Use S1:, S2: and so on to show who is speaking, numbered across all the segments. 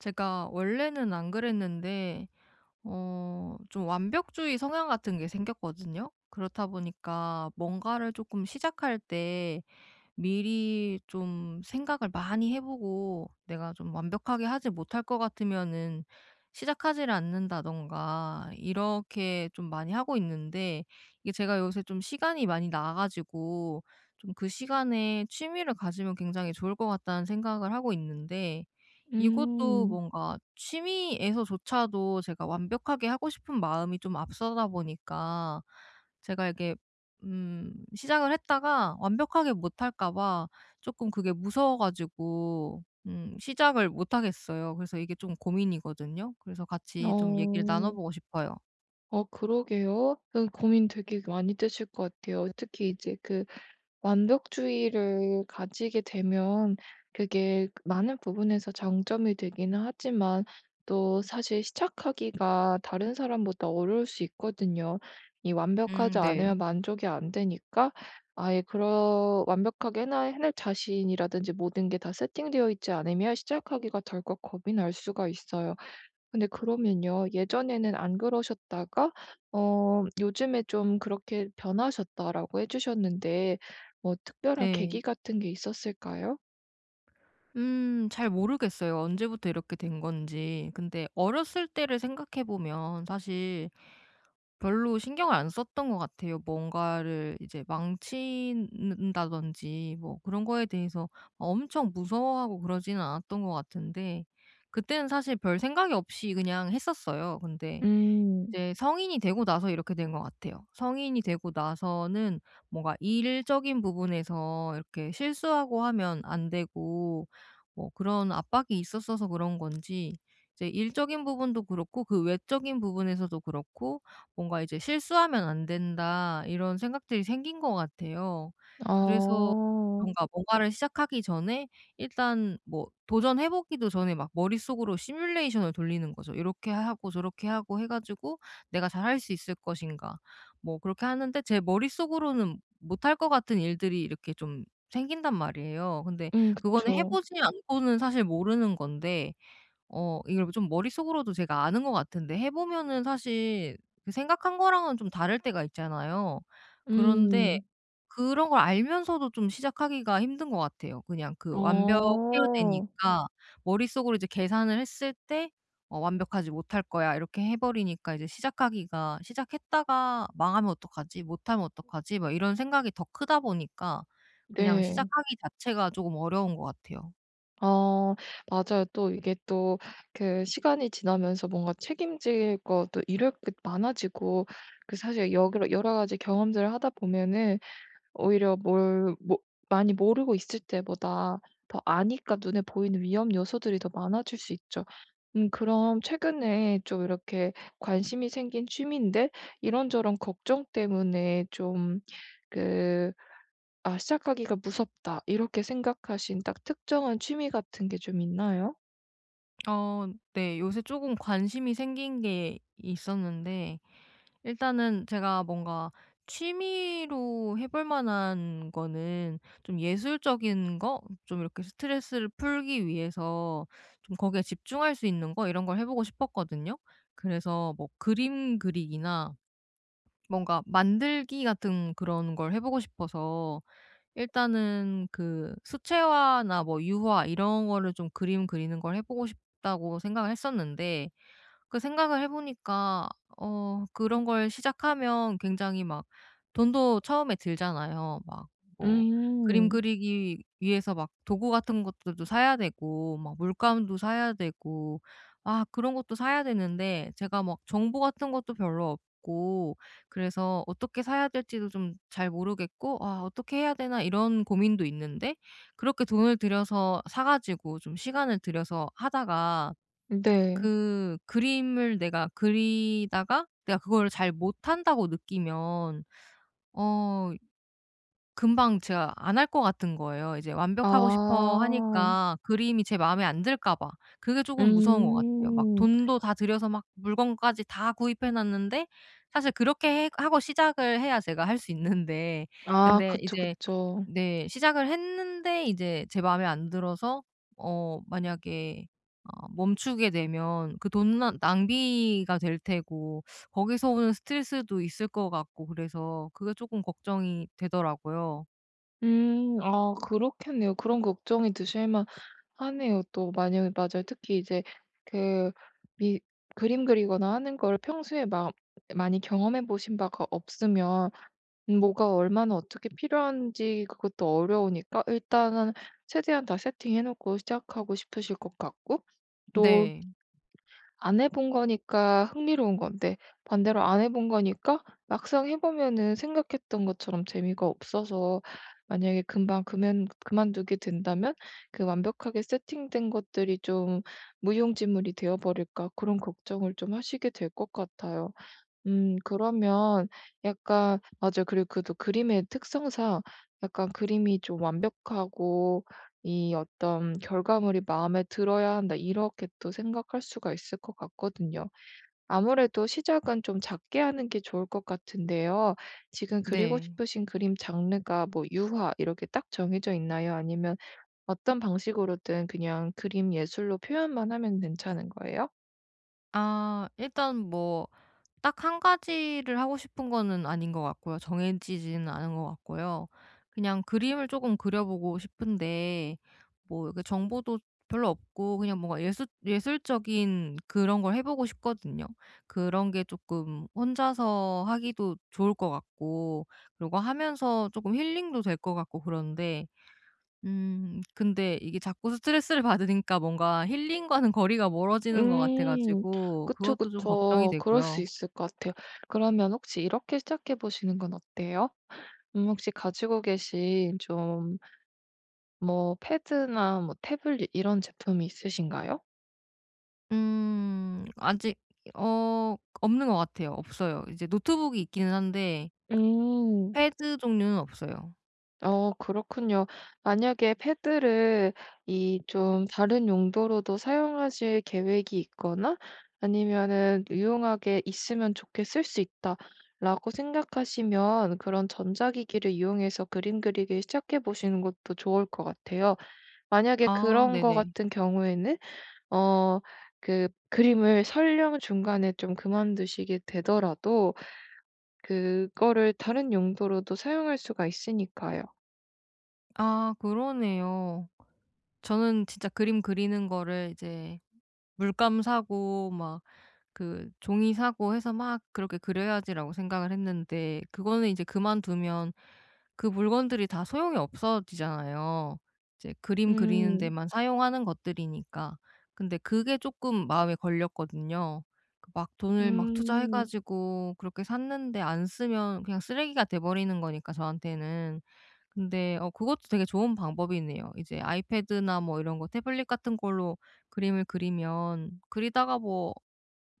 S1: 제가 원래는 안 그랬는데 좀 완벽주의 성향 같은 게 생겼거든요. 그렇다 보니까 뭔가를 조금 시작할 때 미리 좀 생각을 많이 해 보고, 내가 좀 완벽하게 하지 못할 것 같으면은 시작하지를 않는다든가 이렇게 좀 많이 하고 있는데, 이게 제가 요새 좀 시간이 많이 나 가지고 좀 '그 시간에 취미를 가지면 굉장히 좋을 것 같다.'는 생각을 하고 있는데, 이것도
S2: 음.
S1: 뭔가 취미에서조차도 제가 완벽하게 하고 싶은 마음이 좀 앞서다 보니까, 제가 이게 시작을 했다가 완벽하게 못할까 봐 조금 그게 무서워 가지고 시작을 못 하겠어요. 그래서 이게 좀 고민이거든요. 그래서 같이 좀 얘기를 나눠
S2: 어.
S1: 보고 싶어요.
S2: 어 그러게요. 그 고민 되게 많이 되실 것 같아요. 특히 이제 그 완벽주의를 가지게 되면 그게 많은 부분에서 장점이 되기는 하지만 또 사실 시작하기가 다른 사람보다 어려울 수 있거든요. 이
S1: 음,
S2: 완벽하지
S1: 네.
S2: 않으면 만족이 안 되니까 아예 그런 완벽하게 해나 해낼 자신이라든지 모든 게 다 세팅되어 있지 않으면 시작하기가 덜컥 겁이 날 수가 있어요. 근데 그러면요. 예전에는 안 그러셨다가 어 요즘에 좀 그렇게 변하셨다라고 해 주셨는데 뭐 특별한 계기
S1: 네.
S2: 같은 게 있었을까요?
S1: 잘 모르겠어요, 언제부터 이렇게 된 건지. 근데 어렸을 때를 생각해 보면, 사실 별로 신경을 안 썼던 것 같아요. 뭔가를 이제 망친다든지 뭐 그런 거에 대해서 엄청 무서워하고 그러지는 않았던 것 같은데, 그때는 사실 별 생각이 없이 그냥 했었어요. 근데
S2: 음.
S1: 이제 성인이 되고 나서 이렇게 된 것 같아요. 성인이 되고 나서는 뭔가 일적인 부분에서 이렇게 실수하고 하면 안 되고 뭐 그런 압박이 있었어서 그런 건지, 이제 일적인 부분도 그렇고 그 외적인 부분에서도 그렇고 뭔가 이제 '실수하면 안 된다.' 이런 생각들이 생긴 것 같아요. 그래서
S2: 어.
S1: 뭔가 뭔가를 시작하기 전에 일단 뭐 도전해 보기도 전에 막 머릿속으로 시뮬레이션을 돌리는 거죠. 이렇게 하고 저렇게 하고 해 가지고 내가 잘 할 수 있을 것인가. 뭐 그렇게 하는데 제 머릿속으로는 못할 것 같은 일들이 이렇게 좀 생긴단 말이에요. 근데 그거는 해
S2: 그쵸.
S1: 보지 않고는 사실 모르는 건데, 이걸 좀 머릿속으로도 제가 아는 것 같은데 해 보면은 사실 그 생각한 거랑은 좀 다를 때가 있잖아요. 음. 그런데
S2: 음.
S1: 그런 걸 알면서도 좀 시작하기가 힘든 것 같아요. 그냥 그 완벽해야
S2: 어.
S1: 되니까 머릿속으로 이제 계산을 했을 때 '완벽하지 못할 거야.' 이렇게 해 버리니까, 이제 시작하기가 '시작했다가 망하면 어떡하지? 못하면 어떡하지?' 막 이런 생각이 더 크다 보니까, 그냥
S2: 네.
S1: 시작하기 자체가 조금 어려운 것 같아요.
S2: 어 맞아요. 또 이게 또 그 시간이 지나면서 뭔가 책임질 것도 이럴 게 많아지고 그 사실 여러 가지 경험들을 하다 보면은 오히려 뭘 모 많이 모르고 있을 때보다 더 아니까 눈에 보이는 위험 요소들이 더 많아질 수 있죠. 그럼 최근에 좀 이렇게 관심이 생긴 취미인데 이런저런 걱정 때문에 좀 그 '아 시작하기가 무섭다.' 이렇게 생각하신 딱 특정한 취미 같은 게 좀 있나요?
S1: 어 네. 요새 조금 관심이 생긴 게 있었는데, 일단은 제가 뭔가 취미로 해볼 만한 거는 좀 예술적인 거, 좀 이렇게 스트레스를 풀기 위해서 좀 거기에 집중할 수 있는 거, 이런 걸 해 보고 싶었거든요. 그래서 뭐 그림 그리기나 뭔가 만들기 같은 그런 걸 해 보고 싶어서, 일단은 그 수채화나 뭐 유화 이런 거를 좀, 그림 그리는 걸 해 보고 싶다고 생각을 했었는데, 그 생각을 해 보니까 그런 걸 시작하면 굉장히 막 돈도 처음에 들잖아요. 막 뭐 그림
S2: 음.
S1: 그리기 위해서 막 도구 같은 것들도 사야 되고 막 물감도 사야 되고, 아 그런 것도 사야 되는데 제가 막 정보 같은 것도 별로 없고, 그래서 어떻게 사야 될지도 좀 잘 모르겠고 '아 어떻게 해야 되나.' 이런 고민도 있는데, 그렇게 돈을 들여서 사 가지고 좀 시간을 들여서 하다가,
S2: 네.
S1: 그 그림을 내가 그리다가 내가 그걸 잘 못한다고 느끼면 어 금방 제가 안 할 것 같은 거예요. 이제 완벽하고 싶어
S2: 아.
S1: 하니까 그림이 제 마음에 안 들까 봐. 그게 조금 무서운 것 같아요. 막
S2: 음.
S1: 돈도 다 들여서 막 물건까지 다 구입해 놨는데, 사실 그렇게 해 하고 시작을 해야 제가 할 수 있는데,
S2: 아
S1: 근데
S2: 그쵸,
S1: 이제,
S2: 그쵸.
S1: 네, 시작을 했는데 이제 제 마음에 안 들어서 만약에 멈추게 되면 그 돈 낭 낭비가 될 테고, 거기서 오는 스트레스도 있을 것 같고, 그래서 그게 조금 걱정이 되더라고요.
S2: 음. 아 그렇겠네요. 그런 걱정이 드실 만 하네요 또. 만약에 맞아요. 특히 이제 그 미 그림 그리거나 하는 걸 평소에 막 많이 경험해 보신 바가 없으면 뭐가 얼마나 어떻게 필요한지 그것도 어려우니까 일단은 최대한 다 세팅해 놓고 시작하고 싶으실 것 같고 또
S1: 네.
S2: 안 해본 거니까 흥미로운 건데 반대로 안 해본 거니까 막상 해 보면은 생각했던 것처럼 재미가 없어서 만약에 금방 그면 그만두게 된다면 그 완벽하게 세팅된 것들이 좀 무용지물이 되어 버릴까 그런 걱정을 좀 하시게 될 것 같아요. 그러면 약간 맞아요. 그리고 그또 그림의 특성상 약간 그림이 좀 완벽하고 이 어떤 '결과물이 마음에 들어야 한다.' 이렇게 또 생각할 수가 있을 것 같거든요. 아무래도 시작은 좀 작게 하는 게 좋을 것 같은데요. 지금 그리고
S1: 네.
S2: 싶으신 그림 장르가 뭐 유화 이렇게 딱 정해져 있나요? 아니면 어떤 방식으로든 그냥 그림 예술로 표현만 하면 괜찮은 거예요?
S1: 아 일단 뭐 딱 한 가지를 하고 싶은 거는 아닌 것 같고요. 정해지지는 않은 것 같고요. 그냥 그림을 조금 그려 보고 싶은데, 뭐 이렇게 정보도 별로 없고, 그냥 뭔가 예술적인 그런 걸 해 보고 싶거든요. 그런 게 조금 혼자서 하기도 좋을 것 같고, 그리고 하면서 조금 힐링도 될 것 같고, 그런데 근데 이게 자꾸 스트레스를 받으니까 뭔가 힐링과는 거리가 멀어지는 것 같아
S2: 음.
S1: 가지고
S2: 그쵸,
S1: 그것도 좀 걱정이
S2: 그쵸. 그럴 수
S1: 되고요.
S2: 있을 것 같아요. 그러면 혹시 이렇게 시작해 보시는 건 어때요? 혹시 가지고 계신 좀 뭐 패드나 뭐 태블릿 이런 제품이 있으신가요?
S1: 아직 어 없는 것 같아요. 없어요. 이제 노트북이 있기는 한데
S2: 음.
S1: 패드 종류는 없어요.
S2: 어 그렇군요. 만약에 패드를 이 좀 다른 용도로도 사용하실 계획이 있거나 아니면은 '유용하게 있으면 좋게 쓸 수 있다.'라고 생각하시면 그런 전자기기를 이용해서 그림 그리기 시작해 보시는 것도 좋을 것 같아요. 만약에
S1: 아
S2: 그런 거
S1: 네네.
S2: 같은 경우에는 어 그 그림을 설령 중간에 좀 그만두시게 되더라도 그거를 다른 용도로도 사용할 수가 있으니까요.
S1: 아 그러네요. 저는 진짜 그림 그리는 거를 이제 물감 사고 막 그 종이 사고 해서 막 그렇게 그려야지라고 생각을 했는데, 그거는 이제 그만두면 그 물건들이 다 소용이 없어지잖아요. 이제 그림 그리는
S2: 음.
S1: 데만 사용하는 것들이니까. 근데 그게 조금 마음에 걸렸거든요. 그막 돈을 막 투자해
S2: 음.
S1: 가지고 그렇게 샀는데 안 쓰면 그냥 쓰레기가 돼 버리는 거니까 저한테는. 근데 그것도 되게 좋은 방법이네요. 이제 아이패드나 뭐 이런 거 태블릿 같은 걸로 그림을 그리면, 그리다가 뭐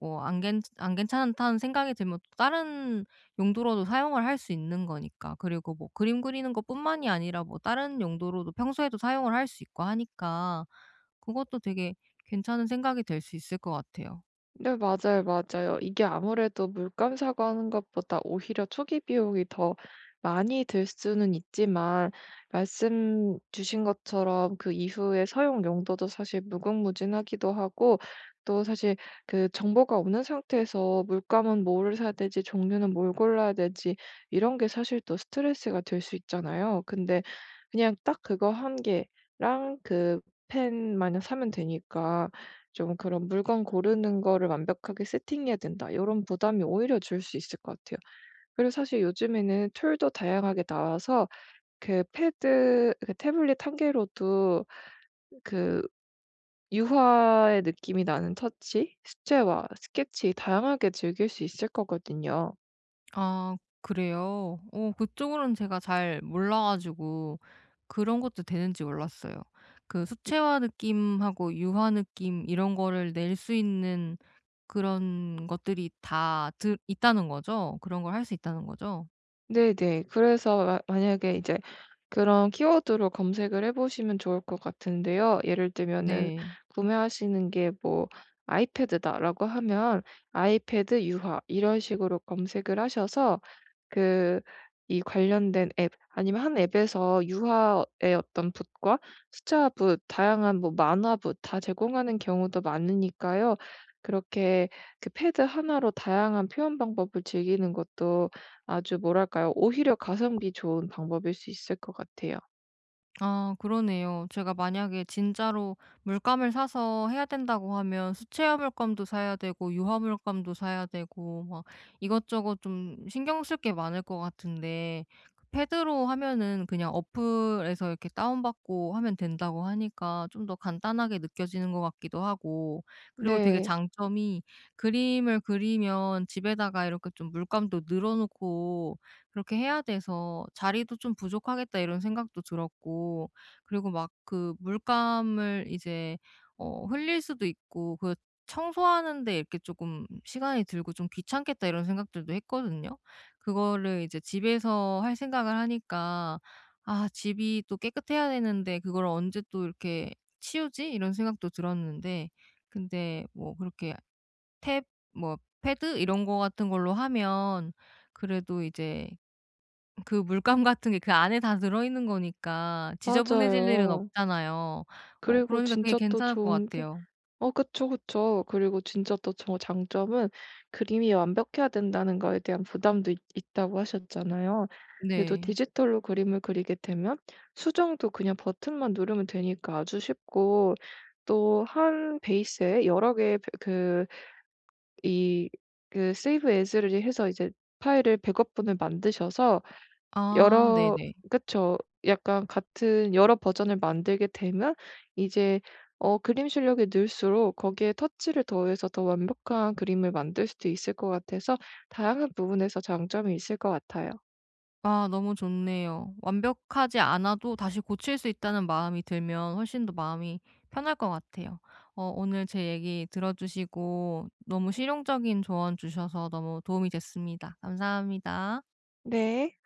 S1: 안 괜찮다는 생각이 들면 또 다른 용도로도 사용을 할 수 있는 거니까. 그리고 뭐 그림 그리는 것뿐만이 아니라 뭐 다른 용도로도 평소에도 사용을 할 수 있고 하니까, 그것도 되게 괜찮은 생각이 될 수 있을 것 같아요.
S2: 네 맞아요, 맞아요. 이게 아무래도 물감 사고 하는 것보다 오히려 초기 비용이 더 많이 들 수는 있지만 말씀 주신 것처럼 그 이후에 사용 용도도 사실 무궁무진하기도 하고 또 사실 그 정보가 없는 상태에서 물감은 뭐를 사야 되지, 종류는 뭘 골라야 되지 이런 게 사실 또 스트레스가 될 수 있잖아요. 근데 그냥 딱 그거 한 개랑 그 펜 마냥 사면 되니까 좀 그런 '물건 고르는 거를 완벽하게 세팅해야 된다.' 이런 부담이 오히려 줄 수 있을 것 같아요. 그리고 사실 요즘에는 툴도 다양하게 나와서 그 패드 그 태블릿 한 개로도 그 유화의 느낌이 나는 터치, 수채화, 스케치 다양하게 즐길 수 있을 거거든요.
S1: 아 그래요? 그쪽으로는 제가 잘 몰라 가지고 그런 것도 되는지 몰랐어요. 그 수채화 느낌하고 유화 느낌 이런 거를 낼 수 있는 그런 것들이 다 드 있다는 거죠? 그런 걸 할 수 있다는 거죠?
S2: 네네. 그래서 마 만약에 이제 그런 키워드로 검색을 해 보시면 좋을 것 같은데요. 예를 들면은
S1: 네.
S2: 구매하시는 게 뭐 "아이패드다."라고 하면 "아이패드 유화." 이런 식으로 검색을 하셔서 그 이 관련된 앱 아니면 한 앱에서 유아의 어떤 붓과 숫자 붓, 다양한 뭐 만화 붓 다 제공하는 경우도 많으니까요. 그렇게 그 패드 하나로 다양한 표현 방법을 즐기는 것도 아주 뭐랄까요? 오히려 가성비 좋은 방법일 수 있을 것 같아요.
S1: 아 그러네요. 제가 만약에 진짜로 물감을 사서 해야 된다고 하면 수채화 물감도 사야 되고 유화 물감도 사야 되고 막 이것저것 좀 신경 쓸 게 많을 것 같은데, 그 패드로 하면은 그냥 어플에서 이렇게 다운받고 하면 된다고 하니까 좀 더 간단하게 느껴지는 것 같기도 하고. 그리고 되게
S2: 네.
S1: 장점이, 그림을 그리면 집에다가 이렇게 좀 물감도 늘어 놓고 그렇게 해야 돼서 '자리도 좀 부족하겠다.' 이런 생각도 들었고, 그리고 막 그 물감을 이제 흘릴 수도 있고, 그 청소하는 데 이렇게 조금 시간이 들고 좀 '귀찮겠다.' 이런 생각들도 했거든요. 그거를 이제 집에서 할 생각을 하니까 '아 집이 또 깨끗해야 되는데 그걸 언제 또 이렇게 치우지?' 이런 생각도 들었는데, 근데 뭐 그렇게 탭 뭐 패드 이런 거 같은 걸로 하면 그래도 이제 그 물감 같은 게 그 안에 다 들어있는 거니까 지저분해질 일은
S2: 맞아요.
S1: 없잖아요.
S2: 그리고
S1: 그러니까 되게
S2: 진짜 또
S1: 괜찮을 것
S2: 좋은 게
S1: 같아요.
S2: 어 그쵸, 그쵸. 그리고 진짜 또 저 장점은 그림이 완벽해야 된다는 거에 대한 부담도 있 있다고 하셨잖아요. 근데 또
S1: 네.
S2: 디지털로 그림을 그리게 되면 수정도 그냥 버튼만 누르면 되니까 아주 쉽고 또 한 베이스에 여러 개의 베 그 이 그 세이브 e 즈를 해서 이제 파일을 백업 분을 만드셔서
S1: 아
S2: 여러
S1: 네네.
S2: 그쵸. 약간 같은 여러 버전을 만들게 되면 이제 어 그림 실력이 늘수록 거기에 터치를 더해서 더 완벽한 그림을 만들 수도 있을 것 같아서 다양한 부분에서 장점이 있을 것 같아요.
S1: 아 너무 좋네요. 완벽하지 않아도 다시 고칠 수 있다는 마음이 들면 훨씬 더 마음이 편할 것 같아요. 오늘 제 얘기 들어주시고 너무 실용적인 조언 주셔서 너무 도움이 됐습니다. 감사합니다.
S2: 네.